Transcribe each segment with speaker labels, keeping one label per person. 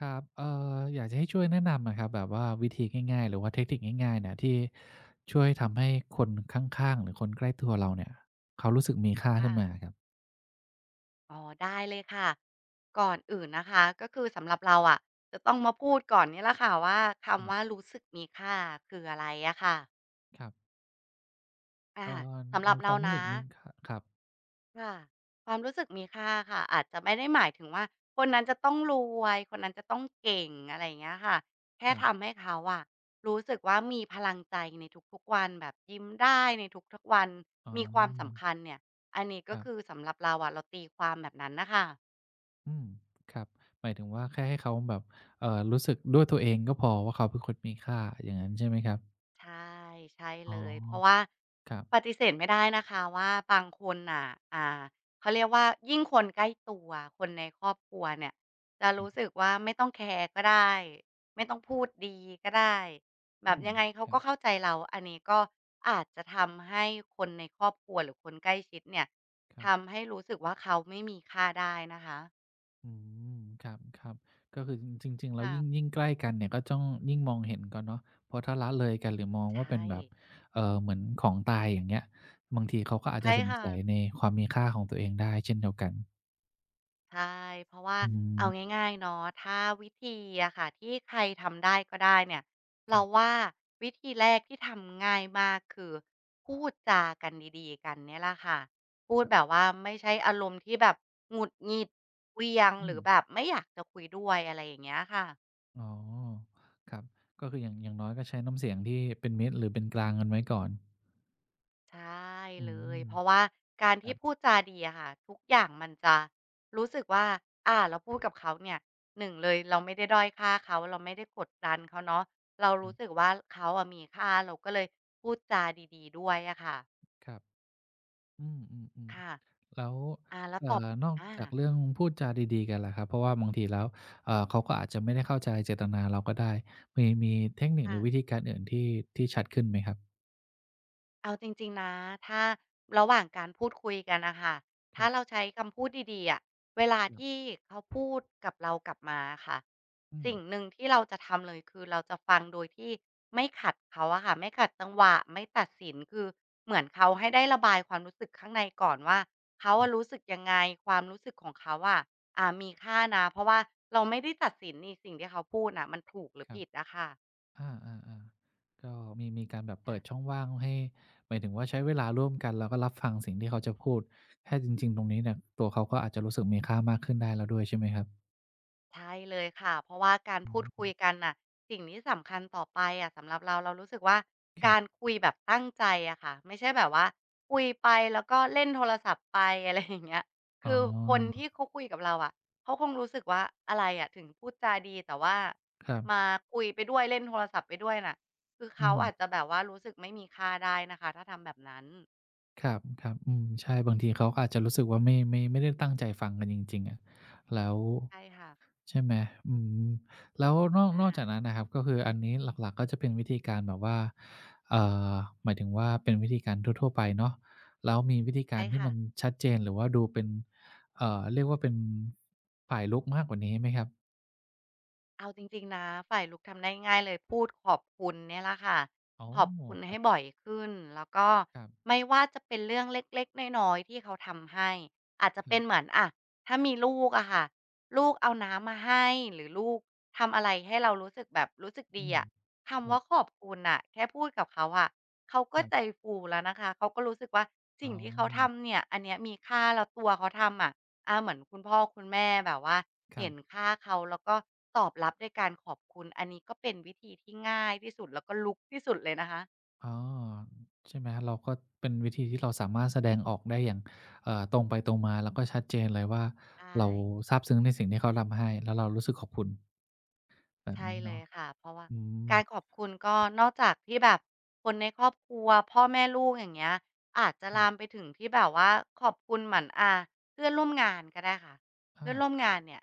Speaker 1: ครับอยากจะให้ช่วยแนะนำอะครับแบบว่าวิธีง่ายๆหรือว่าเทคนิคง่ายๆเนี่ยที่ช่วยทำให้คนข้างๆหรือคนใกล้ตัวเราเนี่ย เขารู้สึกมีค่าขึ้นมาอะ
Speaker 2: ค่ะ
Speaker 1: ครับ
Speaker 2: อ๋อได้เลยค่ะก่อนอื่นนะคะก็คือสำหรับเราอะจะต้องมาพูดก่อนเนี่ยแหละค่ะว่าคำ
Speaker 1: อื
Speaker 2: ว่า
Speaker 1: ม
Speaker 2: รู้สึกมีค่าคืออะไรอะค่ะ
Speaker 1: ครับ
Speaker 2: อา
Speaker 1: เอ่อ
Speaker 2: สำหรั
Speaker 1: ใน
Speaker 2: บ
Speaker 1: ค
Speaker 2: เรา
Speaker 1: วามรู้
Speaker 2: นะ
Speaker 1: สึกมีค่าครับ
Speaker 2: ค่ะความรู้สึกมีค่าค่ะอาจจะไม่ได้หมายถึงว่าคนนั้นจะต้องรวยคนนั้นจะต้องเก่งอะไรอย่างเงี้ยค่ะแค่
Speaker 1: ครั
Speaker 2: ทำ
Speaker 1: บ
Speaker 2: ให้เขาอะรู้สึกว่ามีพลังใจในทุกๆวันแบบยิ้มได้ในทุกๆวัน
Speaker 1: อ๋
Speaker 2: มีความ
Speaker 1: อ
Speaker 2: สำคัญเนี่ยอันนี้
Speaker 1: ค
Speaker 2: ก็
Speaker 1: รั
Speaker 2: คือ
Speaker 1: บ
Speaker 2: สำหรับเราอะเราตีความแบบนั้นน่ะค่ะ
Speaker 1: อืมครับหมายถึงว่าแค่ให้เขาแบบรู้สึกด้วยตัวเองก็พอว่าเขาเป็นคนมีค่า อย่างงั้นใช่ไหมครับ
Speaker 2: ใช่ใช่
Speaker 1: อ๋อ
Speaker 2: เลยเพราะว่า
Speaker 1: ครั
Speaker 2: ป
Speaker 1: บ
Speaker 2: ฏิเสธไม่ได้นะคะว่าบางคนน่ะอ่าเขาเรียกว่ายิ่งคนใกล้ตัวคนในครอบครัวเนี่ยจะ
Speaker 1: ครั
Speaker 2: รู้สึ
Speaker 1: บ
Speaker 2: กว่าไม่ต้องแคร์ก็ได้ไม่ต้องพูดดีก็ได้แบ
Speaker 1: อื
Speaker 2: บ
Speaker 1: ม
Speaker 2: ยังไงเขา
Speaker 1: ครั
Speaker 2: ก็
Speaker 1: บ
Speaker 2: เข้าใจเราอันนี้ก็อาจจะทำให้คนในครอบครัวหรือคนใกล้ชิดเนี่ย
Speaker 1: ครับ
Speaker 2: ทำให้รู้สึกว่าเขาไม่มีค่าได้นะคะ
Speaker 1: อืมครับครับก็คือจริงๆแล้ว
Speaker 2: ค่ะ
Speaker 1: ยิ่งใกล้กันเนี่ยก็ต้องยิ่งมองเห็นกันเนาะเพราะถ้าละเลยกันหรือมอง
Speaker 2: ใช
Speaker 1: ว่าเป็น
Speaker 2: ่
Speaker 1: แบบเหมือนของตายอย่างเงี้ยบางทีเขาก็อาจจะ
Speaker 2: ใช่
Speaker 1: สง
Speaker 2: ค่ะ
Speaker 1: สัยในความมีค่าของตัวเองได้เช่นเดียวกัน
Speaker 2: ใช่ เพราะว่า
Speaker 1: อื
Speaker 2: เอา
Speaker 1: ม
Speaker 2: ง่ายๆเนาะถ้าวิธีอะค่ะที่ใครทำได้ก็ได้เนี่ย
Speaker 1: ค
Speaker 2: เรา
Speaker 1: รับ
Speaker 2: ว่าวิธีแรกที่ทำง่ายมากคือพูดจากันดีๆกันเนี่ยแหละค่ะ พูดแบบว่าไม่ใช่อารมณ์ที่แบบหงุดหงิดเหวี่ยงหรื
Speaker 1: อืม
Speaker 2: อแบบไม่อยากจะคุยด้วยอะไรอย่างเงี้ยค่ะ
Speaker 1: อ๋อครับก็คืออย่างอย่างน้อยก็ใช้น้ำเสียงที่เป็นมิตรหรือเป็นกลางกันไว้ก่อน
Speaker 2: ใช่
Speaker 1: อื
Speaker 2: เลย
Speaker 1: ม
Speaker 2: เพราะว่าการ
Speaker 1: ค
Speaker 2: ที่
Speaker 1: รั
Speaker 2: พูด
Speaker 1: บ
Speaker 2: จาดีอะค่ะทุกอย่างมันจะรู้สึกว่าเราพูดกับเขาเนี่ยหนึ่งเลยเราไม่ได้ด้อยค่าเขาเราไม่ได้กดดันเขาเนาะเรา
Speaker 1: ครั
Speaker 2: รู้สึก
Speaker 1: บ
Speaker 2: ว่าเขาอะมีค่าเราก็เลยพูดจาดีๆด้วยอะค่ะ
Speaker 1: ครับอืม
Speaker 2: ค่ะ
Speaker 1: ๆๆ แล้ว
Speaker 2: แล้วตอบ
Speaker 1: นอก
Speaker 2: อา
Speaker 1: จากเรื่องพูดจาดีๆกันล่ะครับเพราะว่าบางทีแล้วเขาก็อาจจะไม่ได้เข้าใจเจตนาเราก็ได้มีเทคนิคห
Speaker 2: ค่ะ
Speaker 1: รือวิธีการอื่นที่ชัดขึ้นไหมครับ
Speaker 2: เอาจริงๆนะถ้าระหว่างการพูดคุยกันน่ะค่ะ
Speaker 1: ครั
Speaker 2: ถ้าเรา
Speaker 1: บ
Speaker 2: ใช้คำพูดดีๆอะเวลา
Speaker 1: ครับ
Speaker 2: ที่เขาพูดกับเรากลับมาอะค่ะ
Speaker 1: อืม
Speaker 2: สิ่งหนึ่งที่เราจะทำเลยคือเราจะฟังโดยที่ไม่ขัดเขาอะค่ะไม่ขัดจังหวะไม่ตัดสินคือเหมือนเขาให้ได้ระบายความรู้สึกข้างในก่อนว่าเขา
Speaker 1: ครั
Speaker 2: อะรู้
Speaker 1: บ
Speaker 2: สึกยังไงความรู้สึกของเขาอะมีค่านะเพราะว่าเราไม่ได้ตัดสินนี่สิ่งที่เขาพูดน่ะมันถูกหรือ
Speaker 1: ครับ
Speaker 2: ผิดอะค่ะ
Speaker 1: อาๆๆก็มีการแบบ
Speaker 2: อา
Speaker 1: เปิดช่องว่างให้หมายถึงว่าใช้เวลาร่วมกันแล้วก็รับฟังสิ่งที่เขาจะพูดแค่จริงๆตรงนี้เนี่ยตัวเขาก็อาจจะรู้สึกมีค่ามากขึ้นได้แล้วด้วยใช่ไหมครับ
Speaker 2: ใช่เลยค่ะเพราะว่าการ
Speaker 1: อื
Speaker 2: พูดคุย
Speaker 1: ม
Speaker 2: กันน่ะสิ่งนี้สำคัญต่อไปอะสำหรับเราเรารู้สึกว่า
Speaker 1: ครั
Speaker 2: การ
Speaker 1: บ
Speaker 2: คุยแบบตั้งใจอะค่ะไม่ใช่แบบว่าคุยไปแล้วก็เล่นโทรศัพท์ไป อะไรอย่างเงี้ย
Speaker 1: อ๋
Speaker 2: คื
Speaker 1: อ
Speaker 2: อคนที่เขาคุยกับเราอะเขาคงรู้สึกว่าอะไรอะถึงพูดจาดีแต่ว่า
Speaker 1: ครั
Speaker 2: มา
Speaker 1: บ
Speaker 2: คุยไปด้วยเล่นโทรศัพท์ไปด้วยน่ะคือ
Speaker 1: อื
Speaker 2: เขา
Speaker 1: ม
Speaker 2: อาจจะแบบว่ารู้สึกไม่มีค่าได้นะคะถ้าทำแบบนั้น
Speaker 1: ครับครับอืมใช่บางทีเขาก็อาจจะรู้สึกว่าไม่ได้ตั้งใจฟังกันจริงๆอะแล้ว
Speaker 2: ใช่ค่ะ
Speaker 1: ใช่ไหมอืมแล้วนอก
Speaker 2: อา
Speaker 1: นอกจากนั้นนะครับก็คืออันนี้หลักๆก็จะเป็นวิธีการแบบว่าเอ่อหมายถึงว่าเป็นวิธีการทั่วๆไปเนาะแล้วมีวิธีกา
Speaker 2: ใช่
Speaker 1: รที่
Speaker 2: ค่ะ
Speaker 1: มันชัดเจนหรือว่าดูเป็นเรียกว่าเป็นฝ่ายรุกมากกว่านี้ไหมครับ
Speaker 2: เอาจริงๆนะฝ่ายลูกทำได้ง่ายเลยพูดขอบคุณเนี่ยแหละค่ะ
Speaker 1: อ๋อ
Speaker 2: ขอบคุณ
Speaker 1: ครั
Speaker 2: ให้
Speaker 1: บ
Speaker 2: บ่อยขึ้นแล้วก็
Speaker 1: ครับ
Speaker 2: ไม่ว่าจะเป็นเรื่องเล็กๆน้อยๆที่เขาทำให้อาจจะ
Speaker 1: ค
Speaker 2: เป็
Speaker 1: รั
Speaker 2: น
Speaker 1: บ
Speaker 2: เหมือนอะถ้ามีลูกอะค่ะลูกเอาน้ำมาให้หรือลูกทำอะไรให้เรารู้สึกแบบรู้สึกดี
Speaker 1: อืม
Speaker 2: อะ
Speaker 1: ค
Speaker 2: คำ
Speaker 1: รับ
Speaker 2: ว่าขอบคุณน่ะแค่พูดกับเขาอะเขาก็
Speaker 1: ครั
Speaker 2: ใจ
Speaker 1: บ
Speaker 2: ฟูแล้วนะคะเขาก็รู้สึกว่า
Speaker 1: อ๋
Speaker 2: สิ่
Speaker 1: อ
Speaker 2: งที่เขาทำเนี่ยอันเนี้ยมีค่าแล้วตัวเขาทำอะ เหมือนคุณพ่อคุณแม่แบบว่า
Speaker 1: ครั
Speaker 2: เห็น
Speaker 1: บ
Speaker 2: ค่าเขาแล้วก็ตอบรับด้วยการขอบคุณอันนี้ก็เป็นวิธีที่ง่ายที่สุดแล้วก็ลุกที่สุดเลยนะคะ
Speaker 1: อ๋อใช่ไหมครเราก็เป็นวิธีที่เราสามารถแสดงออกได้อย่างตรงไปตรงมาแล้วก็ชัดเจนเลยว่า
Speaker 2: ใช่
Speaker 1: เราซาบซึ้งในสิ่งที่เขาทำให้แล้วเรารู้สึกขอบคุณแบบ
Speaker 2: ใช่
Speaker 1: นี้
Speaker 2: เล
Speaker 1: เนาะ
Speaker 2: ยค่ะเพราะว่า
Speaker 1: อืม
Speaker 2: การขอบคุณก็นอกจากที่แบบคนในครอบครัวพ่อแม่ลูกอย่างเงี้ยอาจจะ
Speaker 1: ครั
Speaker 2: ลามไป
Speaker 1: บ
Speaker 2: ถึงที่แบบว่าขอบคุณเหมือนเพื่อนร่วมงานก็ได้ค่ะเพื่
Speaker 1: อา
Speaker 2: อนร่วมงานเนี่ย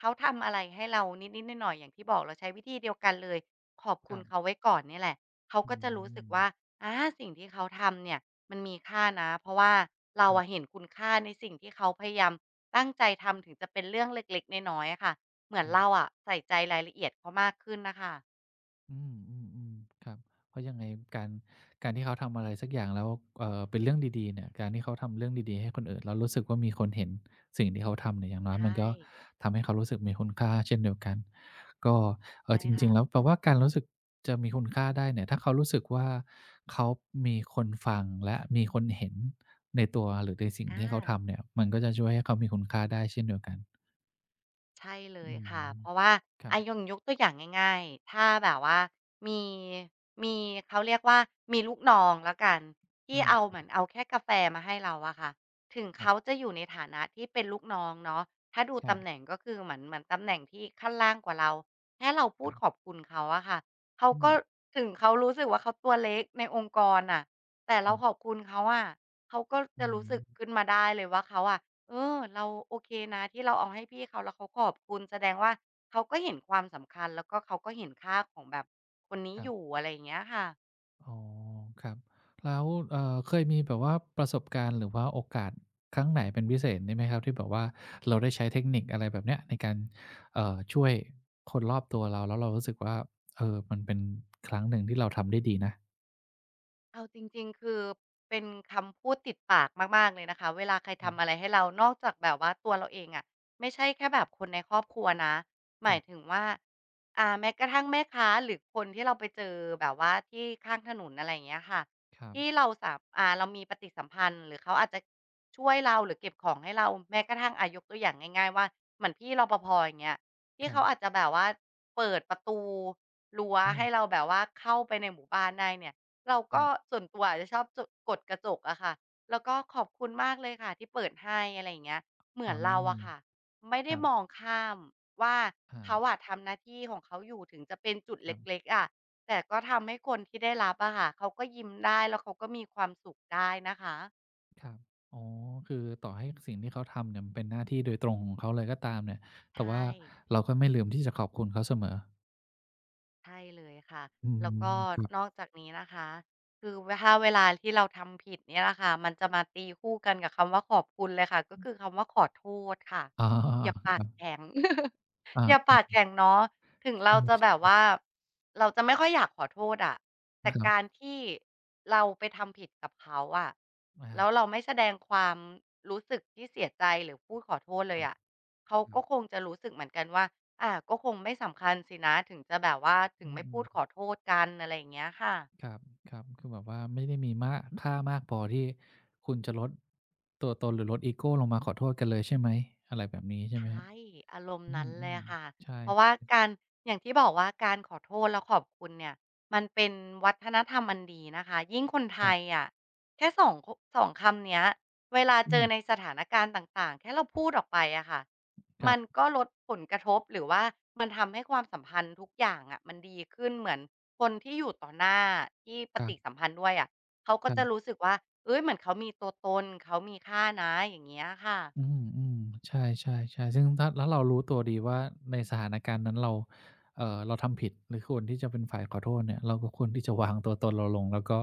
Speaker 2: เขาทำอะไรให้เรานิดๆหน่อยๆอย่างที่บอกเราใช้วิธีเดียวกันเลยขอบ
Speaker 1: ค
Speaker 2: คุณ
Speaker 1: รับ
Speaker 2: เขาไว้ก่อนนี่แหละเขา
Speaker 1: อื
Speaker 2: ก็จะรู้สึก
Speaker 1: ม
Speaker 2: ว่าอาสิ่งที่เขาทำเนี่ยมันมีค่านะเพราะว่าเราอะเห็
Speaker 1: ค
Speaker 2: นคุณค่าในสิ่งที่เขาพยายามตั้งใจทำถึงจะเป็นเรื่องเล็กๆน้อยๆอะค่ะ เหมือนเรา
Speaker 1: รับ
Speaker 2: อะใส่ใจรายละเอียดเขามากขึ้นน่ะค่ะ
Speaker 1: อืมอืมอืมครับเพราะยังไงการการที่เขาทำอะไรสักอย่างแล้วเป็นเรื่องดีๆเนี่ยการที่เขาทำเรื่องดีๆให้คนอื่นแล้วรู้สึกว่ามีคนเห็นสิ่งที่เขาทำเนี่ยอย่างน้อยมัน
Speaker 2: ใช่
Speaker 1: ก็ทำให้เขารู้สึกมีคุณค่าเช่นเดียวกันก็
Speaker 2: ใช่
Speaker 1: จริ
Speaker 2: ค่ะ
Speaker 1: งๆแล้วแปลว่าการรู้สึกจะมีคุณค่าได้เนี่ยถ้าเขารู้สึกว่าเขามีคนฟังและมีคนเห็นในตัวหรือในสิ่งที่เขา
Speaker 2: อา
Speaker 1: ทำเนี่ยมันก็จะช่วยให้เขามีคุณค่าได้เช่นเดียวกัน
Speaker 2: ใช่เลย
Speaker 1: อื
Speaker 2: ค่ะ
Speaker 1: ม
Speaker 2: เพราะว่า
Speaker 1: ครั
Speaker 2: อา
Speaker 1: บ
Speaker 2: ยงยกตัวอย่างง่ายๆถ้าแบบว่ามีมีเขาเรียกว่ามีลูกน้องแล้วกันที่เอา
Speaker 1: อา
Speaker 2: เหมือนเอาแค่กาแฟมาให้เราอะค่ะถึง
Speaker 1: ครั
Speaker 2: เขาจะอยู่ในฐานะที่เป็นลูกน้องเนาะถ้าดู
Speaker 1: บ
Speaker 2: ตำแหน่งก็คือเหมือนตำแหน่งที่ขั้นล่างกว่าเราแค่เราพูด
Speaker 1: ๆๆ
Speaker 2: ขอบคุณเขาอะค่ะเขา
Speaker 1: อื
Speaker 2: ก็
Speaker 1: ม
Speaker 2: ถึงเขารู้สึกว่าเขาตัวเล็กในองค์กรอะแต่
Speaker 1: อื
Speaker 2: เรา
Speaker 1: อ
Speaker 2: ขอบคุณเขาอะเขาก็
Speaker 1: อื
Speaker 2: จะรู้สึกขึ้
Speaker 1: ม
Speaker 2: นมาได้เลยว่าเขาอะ เออเราโอเคนะที่เราเอาให้พี่เขาแล้วเขาขอบคุณแสดงว่าเขาก็เห็นความสำคัญแล้วก็เขาก็เห็นค่าของแบบคนนี้
Speaker 1: ค
Speaker 2: อ
Speaker 1: รับ
Speaker 2: ยู่อะไรอย่างเงี้ยค่ะ
Speaker 1: อ๋อ ครับ แล้วเคยมีแบบว่าประสบการณ์หรือว่าโอกาสครั้งไหนเป็นพิเศษนี้ไหมครับที่แบบว่าเราได้ใช้เทคนิคอะไรแบบเนี้ยในการช่วยคนรอบตัวเราแล้วเรารู้สึกว่าเออมันเป็นครั้งหนึ่งที่เราทำได้ดีนะ
Speaker 2: เอาจริงๆ คือเป็นคำพูดติดปากมากๆเลยนะคะเวลาใคร
Speaker 1: ครั
Speaker 2: ทำอะไร
Speaker 1: บ
Speaker 2: ให้เรานอกจากแบบว่าตัวเราเองอะไม่ใช่แค่แบบคนในครอบครัวนะห
Speaker 1: ค
Speaker 2: มา
Speaker 1: รั
Speaker 2: ยถึง
Speaker 1: บ
Speaker 2: ว่าแม้กระทั่งแม่ค้าหรือคนที่เราไปเจอแบบว่าที่ข้างถนนอะไรอย่างเงี้ยค่ะ
Speaker 1: ครับ
Speaker 2: ที่เราสามอ่าเรามีปฏิสัมพันธ์หรือเขาอาจจะช่วยเราหรือเก็บของให้เราแม้กระทั่งยกตัวอย่างง่ายๆว่าเหมือนพี่รปภอย่างเงี้ยที่
Speaker 1: ครั
Speaker 2: เขาอาจ
Speaker 1: บ
Speaker 2: จะแบบว่าเปิดประตูรั้ว
Speaker 1: อืม
Speaker 2: ให้เราแบบว่าเข้าไปในหมู่บ้านได้เนี่ย เรา
Speaker 1: ค
Speaker 2: ก็
Speaker 1: รับ
Speaker 2: ส่วนตัวอาจจะชอบจกดกระจกอะค่ะ แล้วก็ขอบคุณมากเลยค่ะที่เปิดให้อะไรอย่างเงี้ยเหมือ
Speaker 1: อ๋
Speaker 2: นเราอะค่ะ
Speaker 1: อ
Speaker 2: ไม่
Speaker 1: ค
Speaker 2: ได้
Speaker 1: รั
Speaker 2: มอ
Speaker 1: บ
Speaker 2: งข้ามว่า
Speaker 1: อา
Speaker 2: เขาอะทำหน้าที่ของเขาอยู่ถึงจะเป็นจุด
Speaker 1: ค
Speaker 2: เ
Speaker 1: รั
Speaker 2: ล็
Speaker 1: บ
Speaker 2: กๆอะแต่ก็ทำให้คนที่ได้รับอะค่ะเขาก็ยิ้มได้แล้วเขาก็มีความสุขได้นะคะ
Speaker 1: ครับอ๋อ คือต่อให้สิ่งที่เขาทำเนี่ยมันเป็นหน้าที่โดยตรงของเขาเลยก็ตามเนี่ย
Speaker 2: ใช
Speaker 1: แต่ว่า
Speaker 2: ่
Speaker 1: เราก็ไม่ลืมที่จะขอบคุณเขาเสมอ
Speaker 2: ใช่เลยค่ะ
Speaker 1: อื
Speaker 2: แล้วก็
Speaker 1: ม
Speaker 2: นอกจากนี้นะคะ คือถ้าเวลาที่เราทำผิดเนี่ยแหละค่ะมันจะมาตีคู่กันกับคำว่าขอบคุณเลยค่ะ ก็คือคำว่าขอโทษค่ะ
Speaker 1: อ๋อ
Speaker 2: อย่า
Speaker 1: ค
Speaker 2: ปาก
Speaker 1: รับ
Speaker 2: แข็ง
Speaker 1: อ
Speaker 2: อย่า
Speaker 1: า
Speaker 2: ปาดแข่ง
Speaker 1: ๆ
Speaker 2: เนาะถึง
Speaker 1: ใช
Speaker 2: เราจะแบบ
Speaker 1: ่
Speaker 2: ว่าเราจะไม่ค่อยอยากขอโทษอะ
Speaker 1: ื
Speaker 2: แต่
Speaker 1: ๆครับ
Speaker 2: การที่เราไปทำผิดกับเขาอะแล้ว
Speaker 1: อา
Speaker 2: เราไม่แสดงความรู้สึกที่เสียใจหรือพูดขอโทษ
Speaker 1: ค
Speaker 2: เลย
Speaker 1: รับ
Speaker 2: อะเขา
Speaker 1: ครั
Speaker 2: ก็
Speaker 1: บ
Speaker 2: คงจะรู้สึกเหมือนกันว่าอาก็คงไม่สำคัญสินะถึงจะแบบว่าถึง
Speaker 1: อื
Speaker 2: ไม่พู
Speaker 1: ม
Speaker 2: ดขอโทษกันอะไรอย่างเงี้ยค่ะ
Speaker 1: ๆครับครับคือแบบว่าไม่ได้มีมากค่ามากพอที่คุณจะลดตัวตนหรือลดอีโกลงมาขอโทษกันเลยใช่ไหมอะไรแบบนี้ใช่
Speaker 2: ใช
Speaker 1: ไหมครับ
Speaker 2: ่อารมณ์นั้นเล
Speaker 1: อื
Speaker 2: ย
Speaker 1: ม
Speaker 2: ค่ะ
Speaker 1: ๆใช่
Speaker 2: เพราะว่าการอย่างที่บอกว่าการขอโทษและขอบคุณเนี่ย มันเป็นวัฒนธรรมอันดีนะคะ ยิ่งคนไท
Speaker 1: ครั
Speaker 2: ย
Speaker 1: บ
Speaker 2: อะแค่สองคำเนี้ย เวลาเจ
Speaker 1: อื
Speaker 2: อใน
Speaker 1: ม
Speaker 2: สถานการณ์ต่างๆ แค่เราพูดออกไปอะค่ะ
Speaker 1: ครั
Speaker 2: มัน
Speaker 1: บ
Speaker 2: ก็ลดผลกระทบหรือว่ามันทำให้ความสัมพันธ์ทุกอย่างอะมันดีขึ้นเหมือนคนที่อยู่ต่อหน้าที่ป
Speaker 1: ๆ
Speaker 2: ฏิสั
Speaker 1: ค
Speaker 2: มพันธ์ด้วยอะเขาก็
Speaker 1: ร
Speaker 2: จะรู้
Speaker 1: ับ
Speaker 2: สึกว่าเฮ้ยเหมือนเขามีตัวตนเขามีค่านะอย่างเงี้ยค่ะ
Speaker 1: อืมอืมใช่ๆ่ใช่ซึ่งถ้าแล้วเรารู้ตัวดีว่าในสถานการณ์นั้นเราเราทำผิดหรือควรที่จะเป็นฝ่ายขอโทษเนี่ยเราก็ควรที่จะวางตัวตนเราลงแล้วก็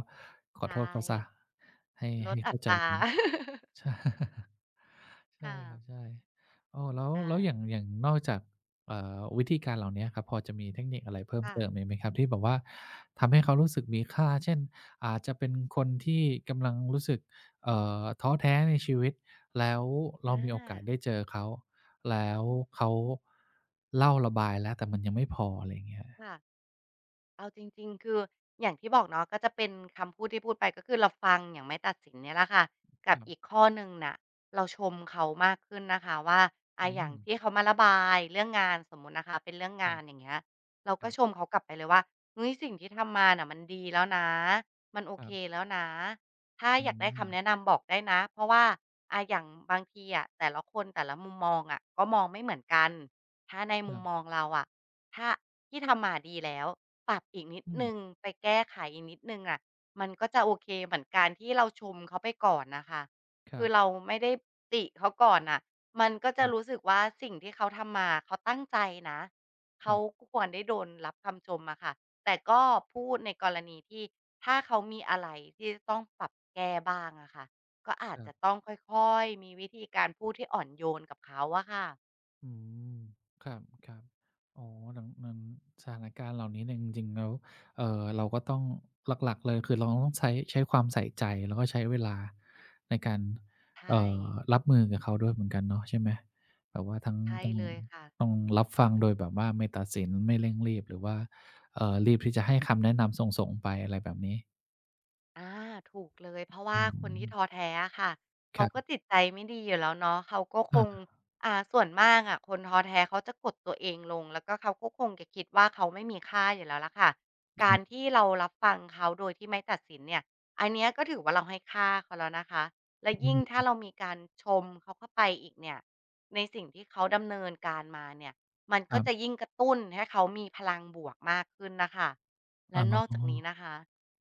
Speaker 1: ขอโท
Speaker 2: ใช่
Speaker 1: ษเขาซะให้
Speaker 2: ลด
Speaker 1: ให้
Speaker 2: อัต
Speaker 1: เข้าใจ
Speaker 2: รา
Speaker 1: กัน ใช่ ใช่
Speaker 2: ค่ะ
Speaker 1: ครับใช่อ้อแล้ว
Speaker 2: อา
Speaker 1: แล้วอย่างอย่างนอกจากวิธีการเหล่าเนี้ยครับพอจะมีเทคนิคอะไรเพิ่ม
Speaker 2: ค่ะ
Speaker 1: เติมอีกไหมครับที่แบบว่าทำให้เขารู้สึกมีค่าเช่นอาจจะเป็นคนที่กำลังรู้สึกเอ่ท้อแท้ในชีวิตแล้วเรา
Speaker 2: อา
Speaker 1: มีโอกาสได้เจอเขาแล้วเขาเล่าระบายแล้วแต่มันยังไม่พออะไรอย่างเงี้ย
Speaker 2: ค่ะ เอาจริงๆคืออย่างที่บอกเนาะก็จะเป็นคำพูดที่พูดไปก็คือเราฟังอย่างไม่ตัดสินเนี่ยแหละค่ะกั
Speaker 1: ค
Speaker 2: บ
Speaker 1: รั
Speaker 2: อีก
Speaker 1: บ
Speaker 2: ข้อหนึ่งน่ะเราชมเขามากขึ้นนะคะว่า
Speaker 1: อื
Speaker 2: อย่าง
Speaker 1: ม
Speaker 2: ที่เขามาระบายเรื่องงานสมมุตินะคะเป็นเรื่องงานอย่างเงี้ยเรา
Speaker 1: ค
Speaker 2: ก็
Speaker 1: รับ
Speaker 2: ชม
Speaker 1: ๆ
Speaker 2: เขากลับไปเลยว่าเฮ้ยสิ่งที่ทำมาน่ะมันดีแล้วนะมันโอ
Speaker 1: ครั
Speaker 2: เค
Speaker 1: บ
Speaker 2: แล้วนะถ้า
Speaker 1: อื
Speaker 2: อยากได้
Speaker 1: ม
Speaker 2: คำแนะนำบอกได้นะเพราะว่าอย่างบางทีอะแต่ละคนแต่ละมุมมองอะก็มองไม่เหมือนกันถ้าในมุ
Speaker 1: ค
Speaker 2: ม
Speaker 1: รับ
Speaker 2: มองเราอะถ้าที่ทำมาดีแล้ว ปรับอีกนิด
Speaker 1: อื
Speaker 2: ห
Speaker 1: ม
Speaker 2: นึ่งไปแก้ไขอีกนิดหนึ่งอะมันก็จะโอเคเหมือนการที่เราชมเขาไปก่อนน่ะค่ะ
Speaker 1: ค
Speaker 2: คื
Speaker 1: รั
Speaker 2: อเรา
Speaker 1: บ
Speaker 2: ไม่ได้ติเขาก่อนน่ะมันก็จะ
Speaker 1: ๆ
Speaker 2: รู้
Speaker 1: ๆ
Speaker 2: สึกว่าสิ่งที่เขาทำมาเขาตั้งใจนะ
Speaker 1: ค
Speaker 2: เขา
Speaker 1: รับ
Speaker 2: ก็ควรได้โดนรับคำชมอะค่ะแต่ก็พูดในกรณีที่ถ้าเขามีอะไรที่จะต้องปรับแก้บ้างอะค่ะก็อาจจะต้องค่อยๆมีวิธีการพูดที่อ่อนโยนกับเขาอะค่ะ
Speaker 1: อืมครับครับอ๋อหลังมันสถานการณ์เหล่านี้เนี่ยจริงๆแล้วเราก็ต้องหลักๆเลยคือเราต้องใช้ความใส่ใจแล้วก็ใช้เวลาในการ
Speaker 2: ใช
Speaker 1: เอ่
Speaker 2: ่
Speaker 1: อรับมือกับเขาด้วยเหมือนกันเนาะใช่ไหมแบบว่าทั้ง
Speaker 2: ใช่
Speaker 1: ต้อง
Speaker 2: เลยค่ะ
Speaker 1: ต้องรับฟังโดยแบบว่าไม่ตัดสินไม่เร่งรีบหรือว่ารีบที่จะให้คำแนะนำส่งๆไปอะไรแบบนี้
Speaker 2: อ่าถูกเลยเพราะ
Speaker 1: อื
Speaker 2: ว่าคน
Speaker 1: ม
Speaker 2: ที่ท้อแท้อะค่ะ
Speaker 1: ค
Speaker 2: เขาก็
Speaker 1: รับ
Speaker 2: จิตใจไม่ดีอยู่แล้วเนาะเขาก็ค
Speaker 1: อา
Speaker 2: ง
Speaker 1: ครั
Speaker 2: ส่วนมากอะคนท้อแท้เขาจะกดตัวเองลงแล้วก็เขาก็คงจะคิดว่าเขาไม่มีค่าอยู่แล้วล่ะค่ะการ
Speaker 1: บ
Speaker 2: ที่เรารับฟังเขาโดยที่ไม่ตัดสินเนี่ยอันเนี้ยก็ถือว่าเราให้ค่าเขาแล้วนะคะและ
Speaker 1: อื
Speaker 2: ยิ่ง
Speaker 1: ม
Speaker 2: ถ้าเรามีการชมเขาเข้าไปอีกเนี่ยในสิ่งที่เขาดำเนินการมาเนี่ยมัน
Speaker 1: ค
Speaker 2: ก็
Speaker 1: รั
Speaker 2: จะ
Speaker 1: บ
Speaker 2: ยิ่งกระตุ้นให้เขามีพลังบวกมากขึ้นนะคะและ
Speaker 1: อ๋
Speaker 2: นอกจากนี้
Speaker 1: อ
Speaker 2: นะคะ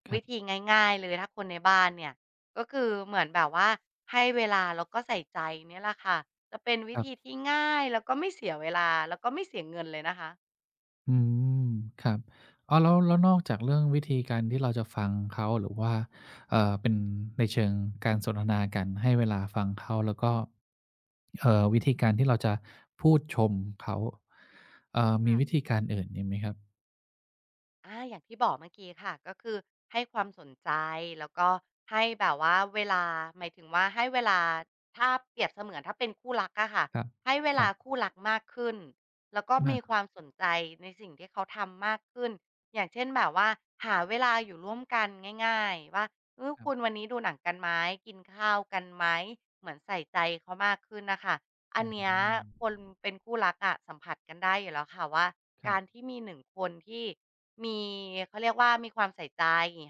Speaker 1: ครั
Speaker 2: วิธี
Speaker 1: บ
Speaker 2: ง่ายๆเลยถ้าคนในบ้านเนี่ยก็คือเหมือนแบบว่าให้เวลาแล้วก็ใส่ใจเนี่ยแหละค่ะจะเป็นวิ
Speaker 1: ครั
Speaker 2: ธี
Speaker 1: บ
Speaker 2: ที่ง่ายแล้วก็ไม่เสียเวลาแล้วก็ไม่เสียเงินเลยนะคะ
Speaker 1: อืมครับอ้าวแล้วนอกจากเรื่องวิธีการที่เราจะฟังเขาหรือว่าเป็นในเชิงการสนทนากันให้เวลาฟังเขาแล้วก็วิธีการที่เราจะพูดชมเขามีวิ
Speaker 2: ค่ะ
Speaker 1: ธีการอื่นอีกไหมครับ
Speaker 2: อาอย่างที่บอกเมื่อกี้ค่ะก็คือให้ความสนใจแล้วก็ให้แบบว่าเวลาหมายถึงว่าให้เวลาถ้าเปรียบเสมือนถ้าเป็นคู่รักอะค่ะ
Speaker 1: ครับ
Speaker 2: ให้เว
Speaker 1: ครั
Speaker 2: ลา
Speaker 1: บ
Speaker 2: คู่รักมากขึ้นแล้วก็มีค
Speaker 1: อา
Speaker 2: วามสนใจในสิ่งที่เขาทำมากขึ้นอย่างเช่นแบบว่าหาเวลาอยู่ร่วมกันง่ายๆว่าเออ
Speaker 1: ครั
Speaker 2: คุณ
Speaker 1: บ
Speaker 2: วันนี้ดูหนังกันไหมกินข้าวกันไหมเหมือนใส่ใจเขามากขึ้นนะคะ อั
Speaker 1: อ๋
Speaker 2: นเนี้ย
Speaker 1: อ
Speaker 2: คนเป็นคู่รักอะสัมผัสกันได้อยู่แล้วค่ะว่า
Speaker 1: ครั
Speaker 2: การที่มีหนึ่งคนที่มีเขาเรียกว่ามีความใส่ใจ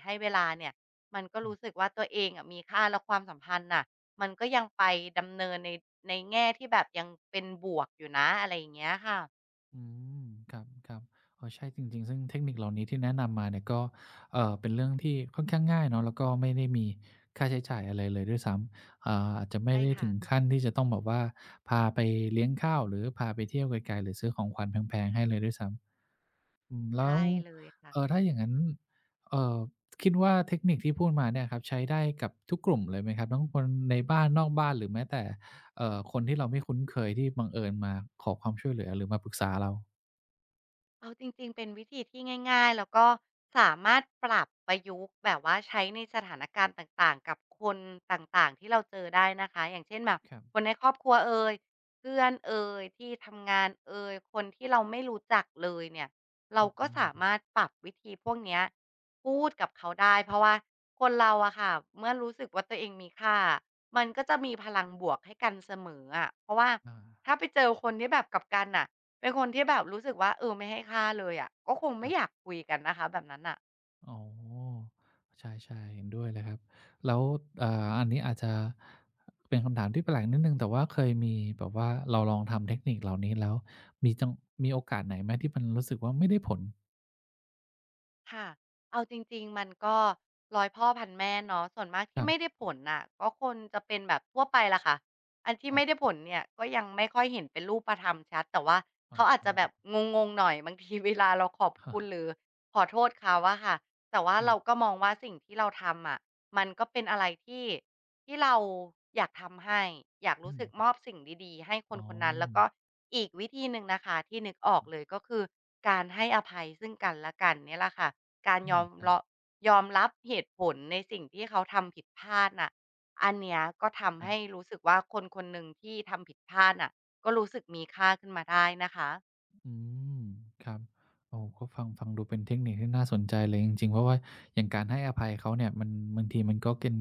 Speaker 2: ให้เวลาเนี่ยมันก็รู้
Speaker 1: บ
Speaker 2: สึกว่าตัวเองอะมีค่าและความสัมพันธ์น่ะมันก็ยังไปดำเนินในแง่ที่แบบยังเป็นบวกอยู่นะอะไรอย่างเงี้ยค่ะ
Speaker 1: อืมครับๆอ๋อใช่จริงๆซึ่งเทคนิคเหล่านี้ที่แนะนำมาเนี่ยก็เป็นเรื่องที่ค่อนข้างง่ายเนาะแล้วก็ไม่ได้มีค่าใช้จ่ายอะไรเลยด้วยซ้ำอาจจะไม่
Speaker 2: ใช่
Speaker 1: ได้
Speaker 2: ค่ะ
Speaker 1: ถึงขั้นที่จะต้องแบบว่าพาไปเลี้ยงข้าวหรือพาไปเที่ยวไกลๆหรือซื้อของขวัญแพงๆให้เลยด้วยซ้ำอืมแล้ว
Speaker 2: ใช่เลยค่ะ
Speaker 1: ถ้าอย่างงั้นเอ่อคิดว่าเทคนิคที่พูดมาเนี่ยครับใช้ได้กับทุกกลุ่มเลยไหมครับทั้งคนในบ้านนอกบ้านหรือแม้แต่คนที่เราไม่คุ้นเคยที่บังเอิญมาขอความช่วยเหลือหรือมาปรึกษาเรา
Speaker 2: เอาจริงๆ เป็นวิธีที่ง่ายๆ แล้วก็สามารถปรับประยุกต์แบบว่าใช้ในสถานการณ์ต่างๆ กับคนต่างๆที่เราเจอได้นะคะ อย่างเช่นแบบ
Speaker 1: ครับ
Speaker 2: คนในครอบครัวเอยเพื่อนเอยที่ทำงานเอยคนที่เราไม่รู้จักเลยเนี่ย เรา
Speaker 1: อื
Speaker 2: ก็สา
Speaker 1: ม
Speaker 2: มารถปรับวิธีพวกเนี้ยพูดกับเขาได้เพราะว่าคนเราอะค่ะเมื่อรู้สึกว่าตัวเองมีค่ามันก็จะมีพลังบวกให้กันเสมออะเพราะว่า
Speaker 1: อา
Speaker 2: ถ้าไปเจอคนที่แบบกลับกันอ่ะ เป็นคนที่แบบรู้สึกว่าเออไม่ให้ค่าเลยอะก็คง
Speaker 1: ค
Speaker 2: ไม่
Speaker 1: รั
Speaker 2: อยา
Speaker 1: บ
Speaker 2: กคุยกันนะคะแบบนั้นน่ะ
Speaker 1: อ๋อใช่ๆเห็นด้วยเลยครับ แล้วอ่าอันนี้อาจจะเป็นคำถามที่แปลกนิดหนึ่งแต่ว่าเคยมีแบบว่าเราลองทำเทคนิคเหล่านี้แล้วมีจังมีโอกาสไหนไหมที่มันรู้สึกว่าไม่ได้ผล
Speaker 2: ค่ะเอาจริงๆมันก็ร้อยพ่อพันแม่เนาะส่วนมาก
Speaker 1: ค
Speaker 2: ที่
Speaker 1: รั
Speaker 2: ไม่
Speaker 1: บ
Speaker 2: ได้ผลน่ะก็คงจะเป็นแบบทั่วไปแหละค่ะอันที่
Speaker 1: ครั
Speaker 2: ไม่ได้
Speaker 1: บ
Speaker 2: ผลเนี่ยก็ยังไม่ค่อยเห็นเป็นรูปธรรมชัดแต่ว่า
Speaker 1: อ๋
Speaker 2: เขาอาจจะแบบ
Speaker 1: อ
Speaker 2: งงๆหน่อยบางทีเวลาเราขอบ
Speaker 1: ค
Speaker 2: คุณหรือขอโทษเขาอะค่ะแต่ว่าเรา
Speaker 1: รับ
Speaker 2: ก็มองว่าสิ่งที่เราทำอะมันก็เป็นอะไรที่เราอยากทำให้อยาก
Speaker 1: อื
Speaker 2: รู้สึกม
Speaker 1: ม
Speaker 2: อบสิ่งดีๆให้คน
Speaker 1: อ๋
Speaker 2: คนนั้นแล้วก็
Speaker 1: อ
Speaker 2: อีกวิธีหนึ่งนะคะที่นึกออกเลยก็คือการให้อภัยซึ่งกันและกันเนี่ยแหละค่ะ การยอ
Speaker 1: อา
Speaker 2: ม
Speaker 1: ครั
Speaker 2: ร
Speaker 1: บ
Speaker 2: อยอมรับเหตุผลในสิ่งที่เขาทำผิดพลาดน่ะอันเนี้ยก็
Speaker 1: ค
Speaker 2: ทำ
Speaker 1: รั
Speaker 2: ให้
Speaker 1: บ
Speaker 2: รู้สึกว่าคนคนหนึ่งที่ทำผิดพลาดน่ะก็รู้สึกมีค่าขึ้นมาได้นะคะ
Speaker 1: อืมครับโอ้ก็ฟังดูเป็นเทคนิคที่น่าสนใจเลยจริงๆเพราะว่าอย่างการให้อภัยเขาเนี่ยมันบางทีมันก็เป็น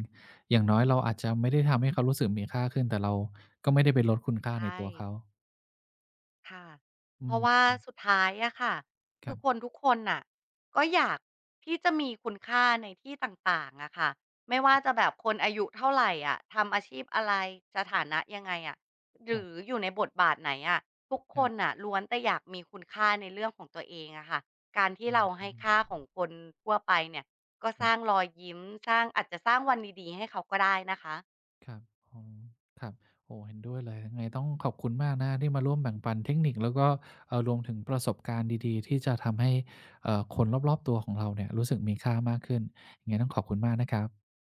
Speaker 1: อย่างน้อยเราอาจจะไม่ได้ทำให้เขารู้สึกมีค่าขึ้นแต่เราก็ไม่ได้ไปลดคุณค่า
Speaker 2: ใช
Speaker 1: ใน
Speaker 2: ่
Speaker 1: ตัวเขา
Speaker 2: ค่ะเพ
Speaker 1: อื
Speaker 2: ราะว่า
Speaker 1: ม
Speaker 2: สุดท้ายอะค่ะ
Speaker 1: ค
Speaker 2: คือ
Speaker 1: รั
Speaker 2: คน
Speaker 1: บ
Speaker 2: ทุกคนน่ะก็อยากที่จะมีคุณค่าในที่ต่างๆอะค่ะไม่ว่าจะแบบคนอายุเท่าไรอะทำอาชีพอะไรสถานะยังไงอะห
Speaker 1: ค
Speaker 2: รื
Speaker 1: รับ
Speaker 2: ออยู่ในบทบาทไหนอะทุกค
Speaker 1: ครั
Speaker 2: น
Speaker 1: บ
Speaker 2: น่ะล้วนแต่อยากมีคุณค่าในเรื่องของตัวเองอะค่ะการที่
Speaker 1: อื
Speaker 2: เราให้ค่า
Speaker 1: ม
Speaker 2: ของคนทั่วไปเนี่ยก็
Speaker 1: ค
Speaker 2: ส
Speaker 1: รั
Speaker 2: ร้าง
Speaker 1: บ
Speaker 2: รอยยิ้มสร้างอาจจะสร้างวันดีๆให้เขาก็ได้นะคะ
Speaker 1: ครับอ๋อครับโอ้เห็นด้วยเลยยังไงต้องขอบคุณมากนะครับที่มาร่วมแบ่งปันเทคนิคแล้วก็รวมถึงประสบการณ์ดีๆที่จะทำให้คนรอบๆตัวของเราเนี่ยรู้สึกมีค่ามากขึ้นยังไงต้องขอบคุณมากนะครับ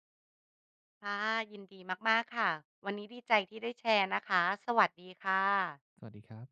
Speaker 2: ค่ะยินดีมากๆค่ะวันนี้ดีใจที่ได้แชร์นะคะสวัสดีค่ะ
Speaker 1: สวัสดีครับ